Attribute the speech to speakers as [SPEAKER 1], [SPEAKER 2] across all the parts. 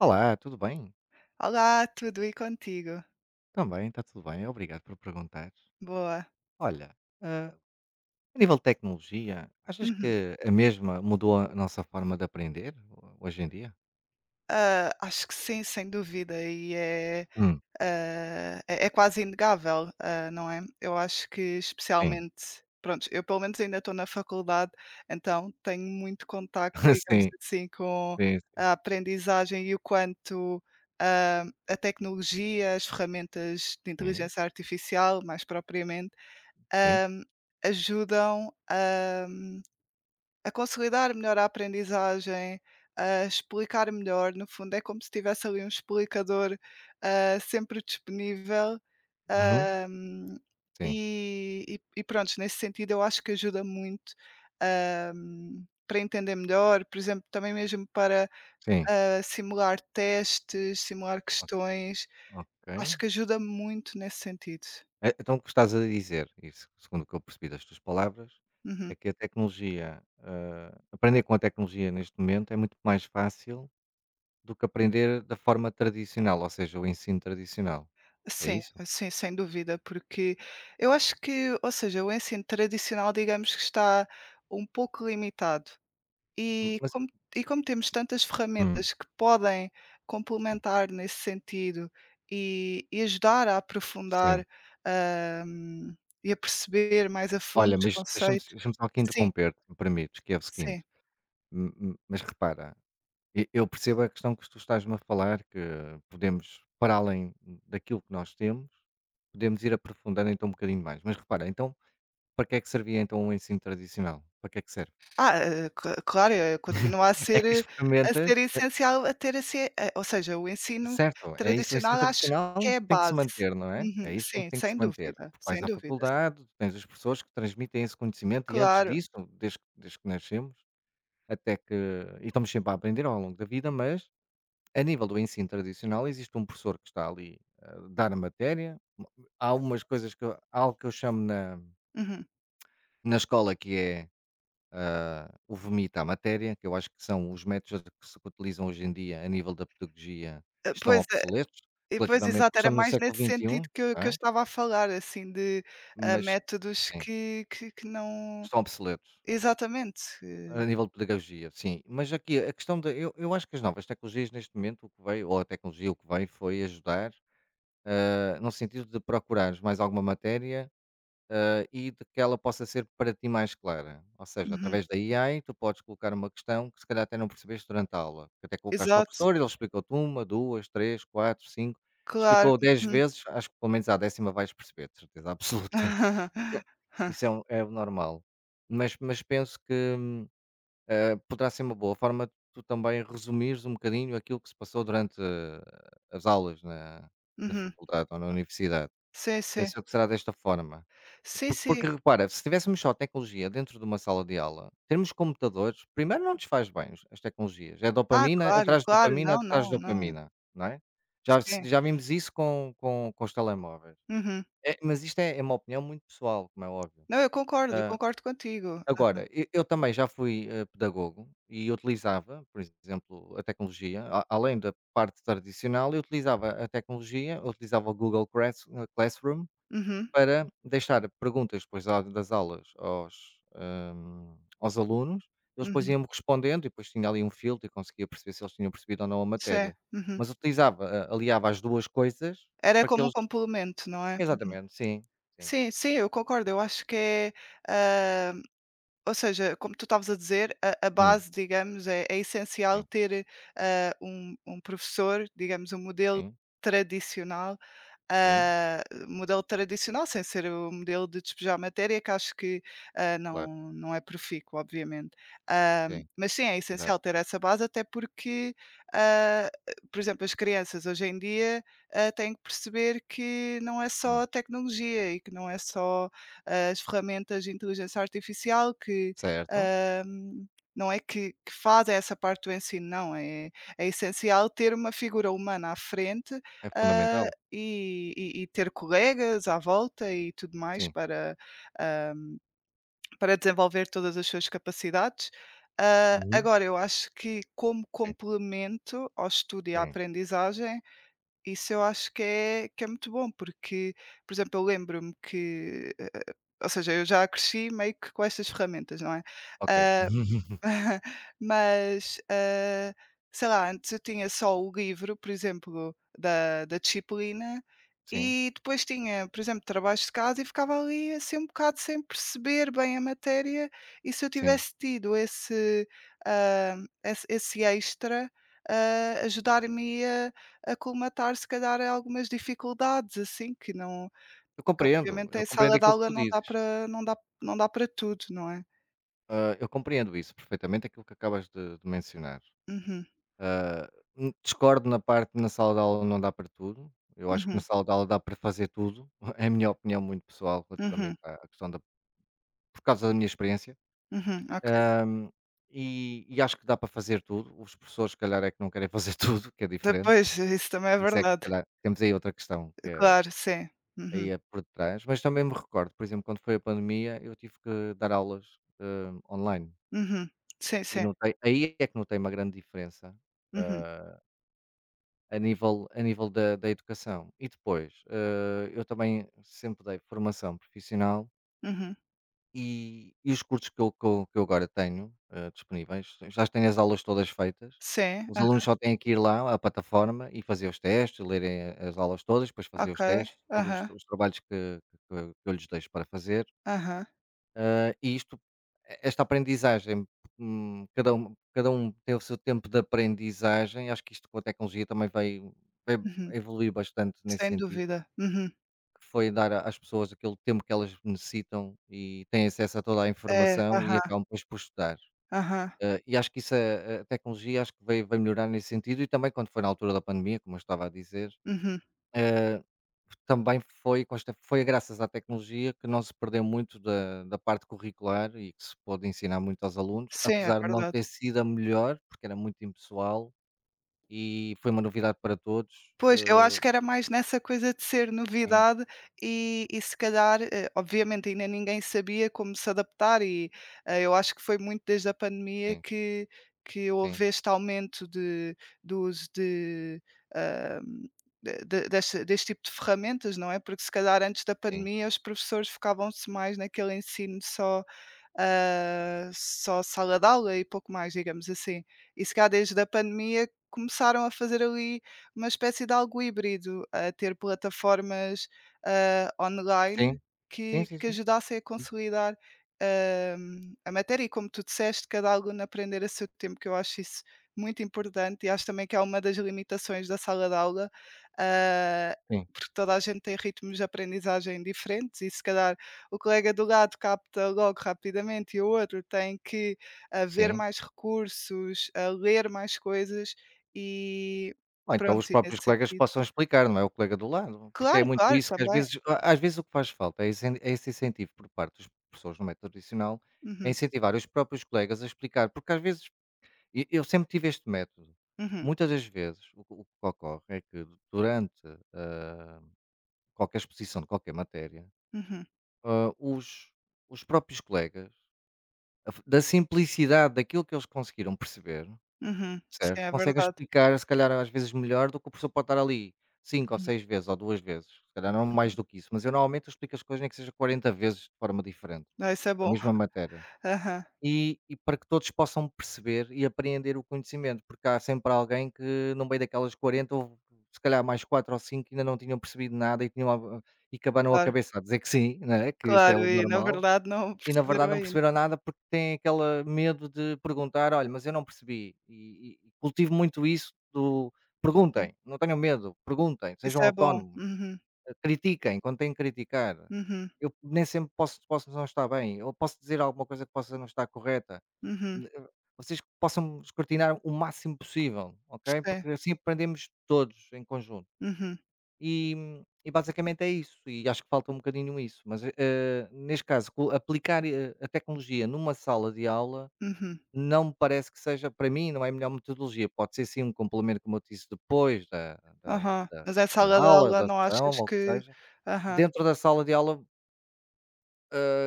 [SPEAKER 1] Olá, tudo bem?
[SPEAKER 2] Olá, tudo e contigo?
[SPEAKER 1] Também, está tudo bem, obrigado por perguntar.
[SPEAKER 2] Boa.
[SPEAKER 1] Olha, ah, a nível de tecnologia, achas
[SPEAKER 2] Uhum.
[SPEAKER 1] que a mesma mudou a nossa forma de aprender hoje em dia?
[SPEAKER 2] Acho que sim, sem dúvida, e é,
[SPEAKER 1] Hum,
[SPEAKER 2] ah, é é quase inegável, não é? Eu acho que
[SPEAKER 1] sim.
[SPEAKER 2] especialmente, pronto, eu pelo menos ainda estou na faculdade, então tenho muito contacto, digamos
[SPEAKER 1] Sim,
[SPEAKER 2] assim, com
[SPEAKER 1] sim, sim.
[SPEAKER 2] a aprendizagem e o quanto ah, a tecnologia, as ferramentas de
[SPEAKER 1] Sim,
[SPEAKER 2] inteligência artificial, mais propriamente,
[SPEAKER 1] sim.
[SPEAKER 2] ah, ajudam. A consolidar melhor a aprendizagem, a explicar melhor, no fundo, é como se tivesse ali um explicador, sempre disponível,
[SPEAKER 1] Uhum,
[SPEAKER 2] ahm,
[SPEAKER 1] sim,
[SPEAKER 2] e prontos, nesse sentido eu acho que ajuda muito, para entender melhor, por exemplo, também mesmo para,
[SPEAKER 1] sim.
[SPEAKER 2] simular testes, simular questões,
[SPEAKER 1] Ok.
[SPEAKER 2] acho que ajuda muito nesse sentido.
[SPEAKER 1] Então, o que estás a dizer, isso, segundo o que eu percebi das tuas palavras, é
[SPEAKER 2] Uhum.
[SPEAKER 1] que a tecnologia, aprender com a tecnologia neste momento é muito mais fácil do que aprender da forma tradicional, ou seja, o ensino tradicional. É
[SPEAKER 2] Sim,
[SPEAKER 1] isso?
[SPEAKER 2] sim, sem dúvida, porque eu acho que, ou seja, o ensino tradicional, digamos que está um pouco limitado. E
[SPEAKER 1] Mas
[SPEAKER 2] como, e como temos tantas
[SPEAKER 1] hum,
[SPEAKER 2] ferramentas que podem
[SPEAKER 1] sim,
[SPEAKER 2] complementar nesse sentido e ajudar a
[SPEAKER 1] sim.
[SPEAKER 2] aprofundar ah, e a perceber mais a fundo
[SPEAKER 1] Olha,
[SPEAKER 2] os
[SPEAKER 1] mas deixa-me
[SPEAKER 2] conceitos,
[SPEAKER 1] deixa só aqui
[SPEAKER 2] sim,
[SPEAKER 1] interromper-te, se me permites, que é o
[SPEAKER 2] sim.
[SPEAKER 1] seguinte, mas repara, eu percebo a questão que tu estás-me a falar, que podemos, para além daquilo que nós temos, podemos ir aprofundando então um bocadinho mais. Mas repara, então, para que é que servia então o ensino tradicional? Para que é que serve?
[SPEAKER 2] Claro, continua a ser,
[SPEAKER 1] É que
[SPEAKER 2] eh,
[SPEAKER 1] as
[SPEAKER 2] a ser
[SPEAKER 1] ferramentas...
[SPEAKER 2] essencial a ter esse ou seja, o ensino
[SPEAKER 1] Certo, é isso, o ensino
[SPEAKER 2] tradicional acho que
[SPEAKER 1] tradicional
[SPEAKER 2] é a
[SPEAKER 1] tem que se
[SPEAKER 2] base.
[SPEAKER 1] manter, não é?
[SPEAKER 2] Uhum,
[SPEAKER 1] É isso, tem que
[SPEAKER 2] sim,
[SPEAKER 1] tem que se
[SPEAKER 2] sem
[SPEAKER 1] manter.
[SPEAKER 2] dúvida,
[SPEAKER 1] Tu vais
[SPEAKER 2] sem
[SPEAKER 1] à
[SPEAKER 2] dúvida, sim.
[SPEAKER 1] faculdade, tu tens as pessoas que transmitem esse conhecimento e antes
[SPEAKER 2] Claro.
[SPEAKER 1] disso, desde que nascemos, até que... e estamos sempre a aprender ao longo da vida, mas a nível do ensino tradicional existe um professor que está ali, a dar a matéria. Há algumas coisas que eu... há algo que eu chamo na
[SPEAKER 2] Uhum.
[SPEAKER 1] na escola que é, o vomita à matéria, que eu acho que são os métodos que se utilizam hoje em dia a nível da pedagogia,
[SPEAKER 2] Eh,
[SPEAKER 1] estão
[SPEAKER 2] pois, eh,
[SPEAKER 1] obsoletos,
[SPEAKER 2] e pois
[SPEAKER 1] relativamente,
[SPEAKER 2] exato,
[SPEAKER 1] porque
[SPEAKER 2] era
[SPEAKER 1] estamos no
[SPEAKER 2] mais
[SPEAKER 1] século
[SPEAKER 2] nesse sentido
[SPEAKER 1] XXI,
[SPEAKER 2] que eu
[SPEAKER 1] não
[SPEAKER 2] que eu
[SPEAKER 1] é?
[SPEAKER 2] estava a falar, assim, de,
[SPEAKER 1] Mas,
[SPEAKER 2] métodos
[SPEAKER 1] sim,
[SPEAKER 2] que não
[SPEAKER 1] estão obsoletos,
[SPEAKER 2] exatamente,
[SPEAKER 1] a nível de pedagogia, sim. Mas aqui, a questão da... eu acho que as novas tecnologias neste momento, o que veio, ou a tecnologia, o que veio foi ajudar, no sentido de procurares mais alguma matéria, e de que ela possa ser para ti mais clara. Ou seja,
[SPEAKER 2] uhum,
[SPEAKER 1] através da AI, tu podes colocar uma questão que se calhar até não percebeste durante a aula, que até colocaste ao
[SPEAKER 2] exato,
[SPEAKER 1] professor e ele explicou-te uma, duas, três, quatro, cinco.
[SPEAKER 2] claro,
[SPEAKER 1] Explicou 10
[SPEAKER 2] uhum.
[SPEAKER 1] vezes, acho que pelo menos à 10ª vais perceber, de certeza absoluta. Isso é, é o normal. Mas penso que, poderá ser uma boa forma de tu também resumires um bocadinho aquilo que se passou durante, as aulas na, na
[SPEAKER 2] Uhum,
[SPEAKER 1] faculdade ou na universidade.
[SPEAKER 2] sim, sim.
[SPEAKER 1] Penso que será desta forma.
[SPEAKER 2] Sim,
[SPEAKER 1] Porque
[SPEAKER 2] sim.
[SPEAKER 1] porque repara, se tivéssemos só tecnologia dentro de uma sala de aula, termos computadores, primeiro não nos faz bem os... as tecnologias, é
[SPEAKER 2] Ah,
[SPEAKER 1] dopamina
[SPEAKER 2] claro,
[SPEAKER 1] atrás de
[SPEAKER 2] claro.
[SPEAKER 1] dopamina,
[SPEAKER 2] Não,
[SPEAKER 1] atrás de
[SPEAKER 2] não, não.
[SPEAKER 1] dopamina, não é? Já se
[SPEAKER 2] Sim.
[SPEAKER 1] Já vimos isso com os telemóveis.
[SPEAKER 2] Uhum.
[SPEAKER 1] É, mas isto é uma opinião muito pessoal, como é óbvio.
[SPEAKER 2] Não, eu
[SPEAKER 1] Hã,
[SPEAKER 2] concordo contigo.
[SPEAKER 1] Agora, e eu também já fui, pedagogo e utilizava, por exemplo, a tecnologia, a além da parte tradicional, eu utilizava a tecnologia, eu utilizava o Google Classroom
[SPEAKER 2] Uhum,
[SPEAKER 1] para deixar perguntas depois da das aulas aos, aos alunos, eles depois
[SPEAKER 2] uhum.
[SPEAKER 1] iam-me respondendo e depois tinha ali um filtro e conseguia perceber se eles tinham percebido ou não a
[SPEAKER 2] Sim,
[SPEAKER 1] matéria.
[SPEAKER 2] uhum.
[SPEAKER 1] Mas utilizava a aliava as 2 coisas
[SPEAKER 2] Era
[SPEAKER 1] para que
[SPEAKER 2] como um
[SPEAKER 1] eles...
[SPEAKER 2] complemento, não é?
[SPEAKER 1] exatamente, sim, sim.
[SPEAKER 2] Sim, sim, eu concordo. Eu acho que é, hã, ou seja, como tu estavas a dizer, a
[SPEAKER 1] Hum,
[SPEAKER 2] base, digamos, é essencial
[SPEAKER 1] sim,
[SPEAKER 2] ter, um professor, digamos, um modelo
[SPEAKER 1] sim,
[SPEAKER 2] tradicional.
[SPEAKER 1] sim,
[SPEAKER 2] Ah, modelo tradicional, sem ser o modelo de despejar matéria, que acho que,
[SPEAKER 1] claro,
[SPEAKER 2] não é profícuo, obviamente. Ah,
[SPEAKER 1] sim,
[SPEAKER 2] mas sim, é
[SPEAKER 1] exato.
[SPEAKER 2] essencial ter essa base, até porque, ah, por exemplo, as crianças hoje em dia, têm que perceber que não é só
[SPEAKER 1] Hum,
[SPEAKER 2] a tecnologia e que não é só as ferramentas de inteligência artificial que,
[SPEAKER 1] certo,
[SPEAKER 2] ah, não é que fazem essa parte do ensino, não, é essencial ter uma figura humana à frente,
[SPEAKER 1] é
[SPEAKER 2] ah,
[SPEAKER 1] fundamental.
[SPEAKER 2] e ter colegas à volta e tudo mais
[SPEAKER 1] Sim.
[SPEAKER 2] para, hã, para desenvolver todas as suas capacidades. Hã,
[SPEAKER 1] Uhum.
[SPEAKER 2] agora eu acho que como
[SPEAKER 1] Sim,
[SPEAKER 2] complemento ao estudo e à
[SPEAKER 1] sim,
[SPEAKER 2] aprendizagem, isso eu acho que é muito bom, porque, por exemplo, eu lembro-me que, ou seja, eu já cresci meio que com estas ferramentas, não é?
[SPEAKER 1] ok.
[SPEAKER 2] Hã Mas, sei lá, antes eu tinha só o livro, por exemplo, da disciplina,
[SPEAKER 1] Sim,
[SPEAKER 2] e depois tinha, por exemplo, trabalhos de casa e ficava ali, assim, um bocado sem perceber bem a matéria, e se eu
[SPEAKER 1] sim.
[SPEAKER 2] tivesse tido esse, esse extra, ajudar me a colmatar, se calhar, a algumas dificuldades, assim, que não que obviamente
[SPEAKER 1] Eu
[SPEAKER 2] em
[SPEAKER 1] compreendo
[SPEAKER 2] sala de
[SPEAKER 1] aquilo que
[SPEAKER 2] aula
[SPEAKER 1] tu
[SPEAKER 2] não dá
[SPEAKER 1] dizes.
[SPEAKER 2] para não dá não dá para tudo, não é?
[SPEAKER 1] Eu compreendo isso perfeitamente, aquilo que acabas de mencionar.
[SPEAKER 2] Uhum,
[SPEAKER 1] Ah, Discordo na parte na sala de aula não dá para tudo. Eu acho que na
[SPEAKER 2] uhum,
[SPEAKER 1] sala de aula dá para fazer tudo. É a minha opinião muito pessoal
[SPEAKER 2] uhum.
[SPEAKER 1] relativamente à à questão da... por causa da minha experiência.
[SPEAKER 2] Uhum, ok.
[SPEAKER 1] Ahm, e, e acho que dá para fazer tudo. Os professores, se calhar, é que não querem fazer tudo, que é diferente.
[SPEAKER 2] depois pois, isso também é
[SPEAKER 1] Isso é que, se
[SPEAKER 2] verdade.
[SPEAKER 1] calhar, temos aí outra questão que é,
[SPEAKER 2] Claro, sim. Uhum,
[SPEAKER 1] aí é por detrás. Mas também me recordo, por exemplo, quando foi a pandemia, eu tive que dar aulas, online.
[SPEAKER 2] uhum. Sim,
[SPEAKER 1] E
[SPEAKER 2] sim.
[SPEAKER 1] não tem aí... é que não tem uma grande diferença,
[SPEAKER 2] Uhum,
[SPEAKER 1] hã, a nível da educação. E depois, eu também sempre dei formação profissional
[SPEAKER 2] uhum.
[SPEAKER 1] e os cursos que eu agora tenho, disponíveis, já as tenho as aulas todas feitas,
[SPEAKER 2] Sim,
[SPEAKER 1] os alunos só têm que ir lá à plataforma e fazer os testes, lerem, as aulas todas, depois fazer
[SPEAKER 2] ok.
[SPEAKER 1] os testes, todos
[SPEAKER 2] Aham,
[SPEAKER 1] os trabalhos que eu lhes deixo para fazer.
[SPEAKER 2] aham,
[SPEAKER 1] E isto, esta aprendizagem, cada um tem o seu tempo de aprendizagem, acho que isto com a tecnologia também vai, vai
[SPEAKER 2] uhum.
[SPEAKER 1] evoluir bastante nesse
[SPEAKER 2] Sem
[SPEAKER 1] sentido,
[SPEAKER 2] dúvida. Uhum.
[SPEAKER 1] que foi dar às pessoas aquele tempo que elas necessitam e têm acesso a toda a
[SPEAKER 2] É,
[SPEAKER 1] informação e
[SPEAKER 2] aham,
[SPEAKER 1] acabam depois por estudar.
[SPEAKER 2] aham.
[SPEAKER 1] E acho que isso, a tecnologia, acho que vai, vai melhorar nesse sentido e também quando foi na altura da pandemia, como eu estava a dizer,
[SPEAKER 2] Uhum.
[SPEAKER 1] eh, também foi com esta... foi graças à tecnologia que não se perdeu muito da parte curricular e que se pôde ensinar muito aos alunos,
[SPEAKER 2] Sim, é
[SPEAKER 1] apesar de não
[SPEAKER 2] verdade.
[SPEAKER 1] ter sido a melhor, porque era muito impessoal e foi uma novidade para todos.
[SPEAKER 2] Pois, eu acho que era mais nessa coisa de ser
[SPEAKER 1] Sim,
[SPEAKER 2] novidade e se calhar, obviamente ainda ninguém sabia como se adaptar e, eu acho que foi muito desde a pandemia
[SPEAKER 1] sim,
[SPEAKER 2] que
[SPEAKER 1] sim,
[SPEAKER 2] houve este aumento de do uso de, hã, de deste deste tipo de ferramentas, não é, porque se calhar antes da
[SPEAKER 1] sim.
[SPEAKER 2] pandemia os professores focavam-se mais naquele ensino só sala de aula e pouco mais, digamos assim. E se calhar desde a pandemia começaram a fazer ali uma espécie de algo híbrido, a ter plataformas, online
[SPEAKER 1] Sim, sim,
[SPEAKER 2] que
[SPEAKER 1] sim,
[SPEAKER 2] que
[SPEAKER 1] sim,
[SPEAKER 2] ajudassem a consolidar, ah, a matéria e como tu disseste, cada aluno aprender a seu tempo, que eu acho isso muito importante e acho também que é uma das limitações da sala de aula, ah,
[SPEAKER 1] sim,
[SPEAKER 2] porque toda a gente tem ritmos de aprendizagem diferentes e se calhar o colega do lado capta logo rapidamente e o outro tem que, ver
[SPEAKER 1] sim.
[SPEAKER 2] mais recursos, a ler mais coisas e
[SPEAKER 1] Ou então os
[SPEAKER 2] pronto, e nesse
[SPEAKER 1] próprios colegas
[SPEAKER 2] sentido.
[SPEAKER 1] possam explicar, não é o colega do lado, porque é
[SPEAKER 2] Claro,
[SPEAKER 1] muito
[SPEAKER 2] claro,
[SPEAKER 1] isso que às
[SPEAKER 2] também.
[SPEAKER 1] vezes... a às vezes o que faz falta é esse incentivo por parte dos professores no método tradicional, é
[SPEAKER 2] Uhum,
[SPEAKER 1] incentivar os próprios colegas a explicar, porque às vezes... e eu sempre tive este método.
[SPEAKER 2] uhum,
[SPEAKER 1] Muitas das vezes o que ocorre é que durante, hã, qualquer exposição de qualquer matéria,
[SPEAKER 2] uhum,
[SPEAKER 1] hã, os os próprios colegas, a f da simplicidade daquilo que eles conseguiram perceber...
[SPEAKER 2] uhum. Sim,
[SPEAKER 1] Certo,
[SPEAKER 2] é
[SPEAKER 1] consegue
[SPEAKER 2] verdade.
[SPEAKER 1] explicar, se calhar às vezes melhor do que o professor, pode estar ali 5 ou
[SPEAKER 2] Uhum.
[SPEAKER 1] 6 vezes ou 2 vezes, se calhar não mais do que isso, mas eu normalmente eu explico as coisas nem que seja 40 vezes de forma diferente,
[SPEAKER 2] Ah, isso é
[SPEAKER 1] a
[SPEAKER 2] bom.
[SPEAKER 1] mesma matéria.
[SPEAKER 2] Aham,
[SPEAKER 1] E para que todos possam perceber e apreender o conhecimento, porque há sempre alguém que no meio daquelas 40 houve se calhar mais 4 ou 5 que ainda não tinham percebido nada e tinham a... e que a
[SPEAKER 2] claro,
[SPEAKER 1] cabeça a dizer que sim, né, que isso é
[SPEAKER 2] claro,
[SPEAKER 1] o
[SPEAKER 2] e na
[SPEAKER 1] normal.
[SPEAKER 2] verdade não
[SPEAKER 1] E na verdade
[SPEAKER 2] perceberam
[SPEAKER 1] não
[SPEAKER 2] ainda.
[SPEAKER 1] perceberam nada porque têm aquele medo de perguntar: "Olha, mas eu não percebi", e cultivo muito isso do
[SPEAKER 2] Uhum.
[SPEAKER 1] perguntem, não tenham medo, perguntem, sejam
[SPEAKER 2] Isso é bom.
[SPEAKER 1] autónomos,
[SPEAKER 2] Uhum,
[SPEAKER 1] critiquem quando têm que criticar.
[SPEAKER 2] uhum,
[SPEAKER 1] Eu nem sempre, posso posso não estar bem, ou posso dizer alguma coisa que possa não estar correta.
[SPEAKER 2] uhum.
[SPEAKER 1] Ne eh, Vocês possam escrutinar o máximo possível, ok?
[SPEAKER 2] Sim.
[SPEAKER 1] Porque assim aprendemos todos em conjunto.
[SPEAKER 2] Uhum,
[SPEAKER 1] E, e basicamente é isso, e acho que falta um bocadinho isso, mas, neste caso, co aplicar, a tecnologia numa sala de aula
[SPEAKER 2] uhum.
[SPEAKER 1] não me parece que seja... para mim não é a melhor metodologia, pode ser sim um complemento, como eu te disse, depois da da
[SPEAKER 2] Aham.
[SPEAKER 1] da
[SPEAKER 2] Mas em
[SPEAKER 1] da
[SPEAKER 2] sala de
[SPEAKER 1] aula,
[SPEAKER 2] aula
[SPEAKER 1] da
[SPEAKER 2] não
[SPEAKER 1] sessão
[SPEAKER 2] achas
[SPEAKER 1] ou o que
[SPEAKER 2] que.
[SPEAKER 1] seja.
[SPEAKER 2] Aham.
[SPEAKER 1] Dentro da sala de aula,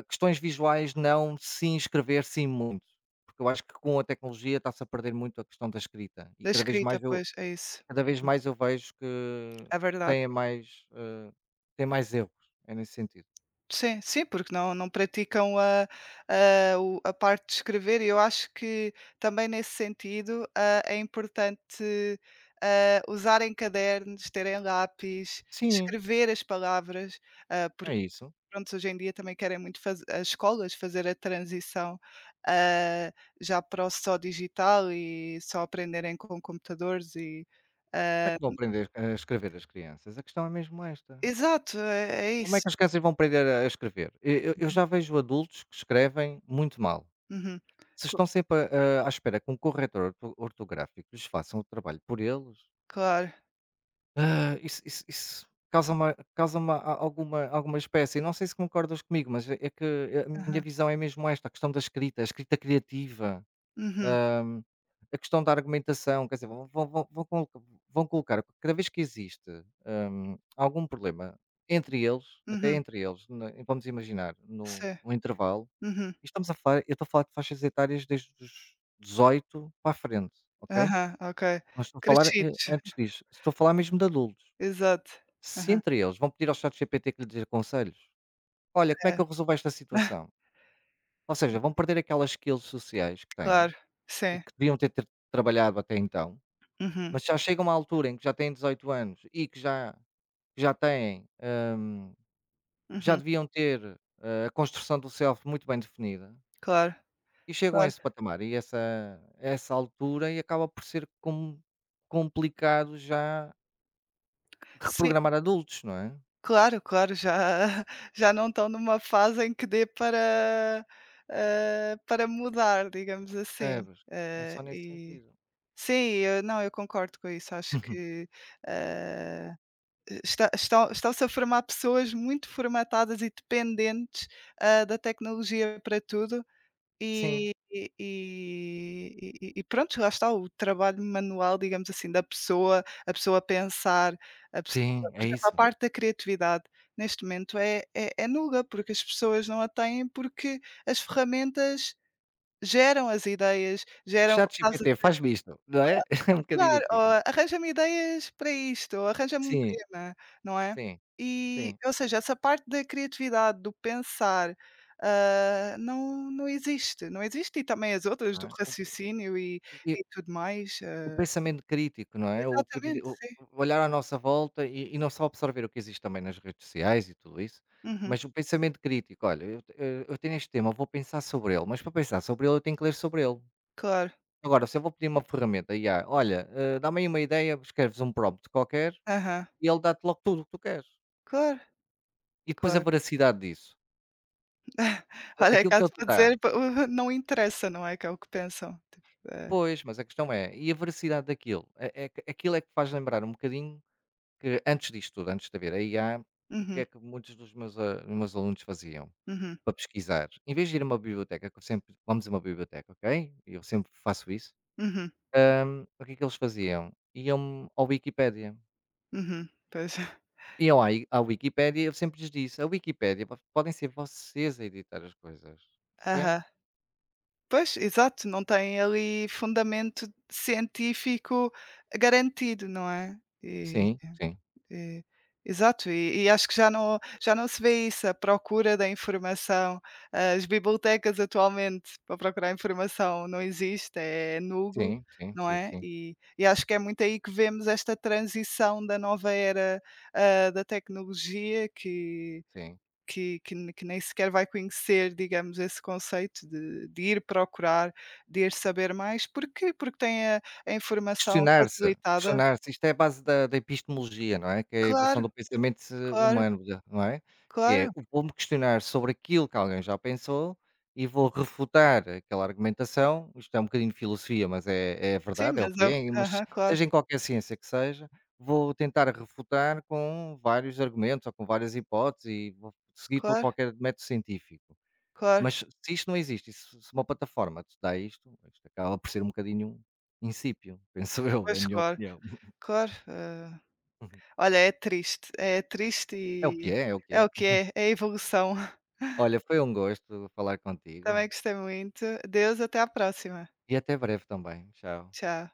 [SPEAKER 1] questões visuais não, se inscrever sim muito, porque eu acho que com a tecnologia está-se a perder muito a questão da escrita e
[SPEAKER 2] Da escrita, pois, é isso.
[SPEAKER 1] cada vez
[SPEAKER 2] Uhum.
[SPEAKER 1] mais eu vejo que
[SPEAKER 2] É verdade.
[SPEAKER 1] tem mais, erros, é nesse sentido.
[SPEAKER 2] Sim, sim, porque não praticam a parte de escrever e eu acho que também nesse sentido, é importante, usarem cadernos, terem lápis,
[SPEAKER 1] Sim,
[SPEAKER 2] escrever as palavras,
[SPEAKER 1] é
[SPEAKER 2] porque
[SPEAKER 1] isso.
[SPEAKER 2] pronto, hoje em dia também querem muito faz as escolas fazer a transição, ah, já para o só digital e só aprenderem com computadores e,
[SPEAKER 1] Como é
[SPEAKER 2] ah
[SPEAKER 1] que vão aprender a escrever as crianças? A questão é mesmo esta.
[SPEAKER 2] exato, é
[SPEAKER 1] Como é
[SPEAKER 2] isso.
[SPEAKER 1] que as crianças vão aprender a escrever? Eu
[SPEAKER 2] Uhum.
[SPEAKER 1] já vejo adultos que escrevem muito mal.
[SPEAKER 2] Uhum.
[SPEAKER 1] Se
[SPEAKER 2] Co
[SPEAKER 1] estão sempre à espera que um corretor ortográfico lhes faça o trabalho por eles,
[SPEAKER 2] claro.
[SPEAKER 1] isso, isso causa, uma, alguma, alguma espécie. Não sei se concordas comigo, mas é... é que a minha
[SPEAKER 2] Aham.
[SPEAKER 1] visão é mesmo esta, a questão da escrita, a escrita criativa.
[SPEAKER 2] Uhum,
[SPEAKER 1] Hum, a questão da argumentação, quer dizer, vão colocar, cada vez que existe, algum problema entre eles, até
[SPEAKER 2] uhum.
[SPEAKER 1] entre eles, vamos imaginar, no,
[SPEAKER 2] Sim.
[SPEAKER 1] no intervalo,
[SPEAKER 2] Uhum.
[SPEAKER 1] e estamos a falar, eu estou a falar de faixas etárias desde os 18 para a frente, ok?
[SPEAKER 2] Aham, ok.
[SPEAKER 1] Nós... estou a falar,
[SPEAKER 2] Crescidos.
[SPEAKER 1] antes disso, estou a falar mesmo de adultos.
[SPEAKER 2] Exato.
[SPEAKER 1] Se
[SPEAKER 2] Aham.
[SPEAKER 1] entre eles vão pedir ao chat GPT que lhes dê conselhos, olha, como é que
[SPEAKER 2] É.
[SPEAKER 1] eu resolvo esta situação? Ou seja, vão perder aquelas skills sociais que têm
[SPEAKER 2] Claro.
[SPEAKER 1] e
[SPEAKER 2] Sim.
[SPEAKER 1] que deviam ter trabalhado até então.
[SPEAKER 2] Uhum,
[SPEAKER 1] Mas já chega uma altura em que já têm 18 anos e que já... que já têm, eh, já
[SPEAKER 2] uhum.
[SPEAKER 1] deviam ter, a construção do self muito bem definida
[SPEAKER 2] Claro,
[SPEAKER 1] e chegam a
[SPEAKER 2] claro.
[SPEAKER 1] esse patamar e essa a essa altura e acaba por ser complicado já
[SPEAKER 2] Sim,
[SPEAKER 1] reprogramar adultos, não é?
[SPEAKER 2] claro, claro. Já já não estão numa fase em que dê para, para mudar, digamos assim.
[SPEAKER 1] Percebes? É
[SPEAKER 2] Hã,
[SPEAKER 1] só nesse
[SPEAKER 2] e
[SPEAKER 1] sentido.
[SPEAKER 2] sim, eu não, eu concordo com isso. Acho que, hã estão-se a formar pessoas muito formatadas e dependentes, da tecnologia para tudo
[SPEAKER 1] Sim,
[SPEAKER 2] e pronto, lá está o trabalho manual, digamos assim, da pessoa, a pessoa pensar, a pessoa
[SPEAKER 1] sim,
[SPEAKER 2] por
[SPEAKER 1] é
[SPEAKER 2] exemplo, a
[SPEAKER 1] isso.
[SPEAKER 2] parte da criatividade, neste momento é nula, porque as pessoas não a têm, porque as ferramentas geram as ideias, geram como estavas a
[SPEAKER 1] ChatGPT,
[SPEAKER 2] dizer.
[SPEAKER 1] faz-me isto, não é? É um bocadinho
[SPEAKER 2] Claro,
[SPEAKER 1] assim.
[SPEAKER 2] ó, arranja-me ideias para isto, ou arranja-me um
[SPEAKER 1] Sim,
[SPEAKER 2] tema, não é?
[SPEAKER 1] sim,
[SPEAKER 2] E,
[SPEAKER 1] sim,
[SPEAKER 2] ou seja, essa parte da criatividade, do pensar, não existe, não existe e também as outras
[SPEAKER 1] não
[SPEAKER 2] do
[SPEAKER 1] é?
[SPEAKER 2] raciocínio e
[SPEAKER 1] E
[SPEAKER 2] e tudo mais,
[SPEAKER 1] O pensamento crítico, não é?
[SPEAKER 2] exatamente,
[SPEAKER 1] O
[SPEAKER 2] sim.
[SPEAKER 1] olhar à nossa volta e... e não só absorver o que existe também nas redes sociais e tudo isso,
[SPEAKER 2] Uhum,
[SPEAKER 1] mas o pensamento crítico. Olha, eu te eu tenho este tema, vou pensar sobre ele, mas para pensar sobre ele eu tenho que ler sobre ele.
[SPEAKER 2] claro.
[SPEAKER 1] Agora, se eu vou pedir uma ferramenta I a olha, dá-me aí uma ideia, escreves um prompt qualquer
[SPEAKER 2] Aham.
[SPEAKER 1] e ele dá-te logo tudo o que tu queres.
[SPEAKER 2] Claro,
[SPEAKER 1] E depois a
[SPEAKER 2] claro.
[SPEAKER 1] veracidade disso. A
[SPEAKER 2] Olha, é
[SPEAKER 1] aquilo que
[SPEAKER 2] caso
[SPEAKER 1] ele te
[SPEAKER 2] para
[SPEAKER 1] dá...
[SPEAKER 2] dizer pa não interessa, não é, que é o que pensam, tipo,
[SPEAKER 1] pois, mas a questão é, e a veracidade daquilo? É, é que aquilo é que faz lembrar um bocadinho... Que antes disto tudo, antes de haver a IA, o que
[SPEAKER 2] uhum,
[SPEAKER 1] é que muitos dos meus alunos faziam
[SPEAKER 2] uhum,
[SPEAKER 1] para pesquisar? Em vez de ir a uma biblioteca, que eu sempre vamos a uma biblioteca, ok? Eu sempre faço isso.
[SPEAKER 2] uhum,
[SPEAKER 1] O que é que eles faziam? Iam ao Wikipédia.
[SPEAKER 2] uhum, pois.
[SPEAKER 1] Iam à i à Wikipédia, eu sempre lhes disse: "A Wikipédia, vo... podem ser vocês a editar as coisas, ok?
[SPEAKER 2] Aham. Pois, exato, não tem ali fundamento científico garantido, não é? E
[SPEAKER 1] Sim, sim,
[SPEAKER 2] e exato, e acho que já não se vê isso, a procura da informação. As bibliotecas atualmente para procurar informação não existe, é nulo,
[SPEAKER 1] sim, sim,
[SPEAKER 2] não
[SPEAKER 1] sim,
[SPEAKER 2] é?
[SPEAKER 1] sim,
[SPEAKER 2] E acho que é muito aí que vemos esta transição da nova era, da tecnologia que
[SPEAKER 1] sim."
[SPEAKER 2] que que ne que nem sequer vai conhecer, digamos, esse conceito de ir procurar, de ir saber mais, porque tem a informação
[SPEAKER 1] Questionar-se,
[SPEAKER 2] facilitada.
[SPEAKER 1] questionar-se. Isto é a base da epistemologia, não é, que é a evolução
[SPEAKER 2] Claro,
[SPEAKER 1] do pensamento,
[SPEAKER 2] claro,
[SPEAKER 1] humano, da... não é, que é:
[SPEAKER 2] claro.
[SPEAKER 1] o vou-me questionar sobre aquilo que alguém já pensou e vou refutar aquela argumentação. Isto é um bocadinho de filosofia, mas é
[SPEAKER 2] Sim,
[SPEAKER 1] verdade, é o
[SPEAKER 2] mas
[SPEAKER 1] que
[SPEAKER 2] é o
[SPEAKER 1] é, mas
[SPEAKER 2] aham, claro,
[SPEAKER 1] seja em qualquer ciência que seja, vou tentar refutar com vários argumentos ou com várias hipóteses e vou seguir todo
[SPEAKER 2] claro,
[SPEAKER 1] qualquer método científico.
[SPEAKER 2] claro.
[SPEAKER 1] Mas se isto não existe, e se uma plataforma te dá isto, isto acaba por ser um bocadinho insípio, penso eu, é a
[SPEAKER 2] Pois,
[SPEAKER 1] minha
[SPEAKER 2] claro,
[SPEAKER 1] opinião.
[SPEAKER 2] claro, olha, é triste
[SPEAKER 1] É o que
[SPEAKER 2] e
[SPEAKER 1] é, é o que
[SPEAKER 2] é o
[SPEAKER 1] é.
[SPEAKER 2] que é, é a evolução.
[SPEAKER 1] Olha, foi um gosto falar contigo
[SPEAKER 2] Também gostei muito. Deus, até à próxima.
[SPEAKER 1] e até breve também. Tchau.
[SPEAKER 2] Tchau.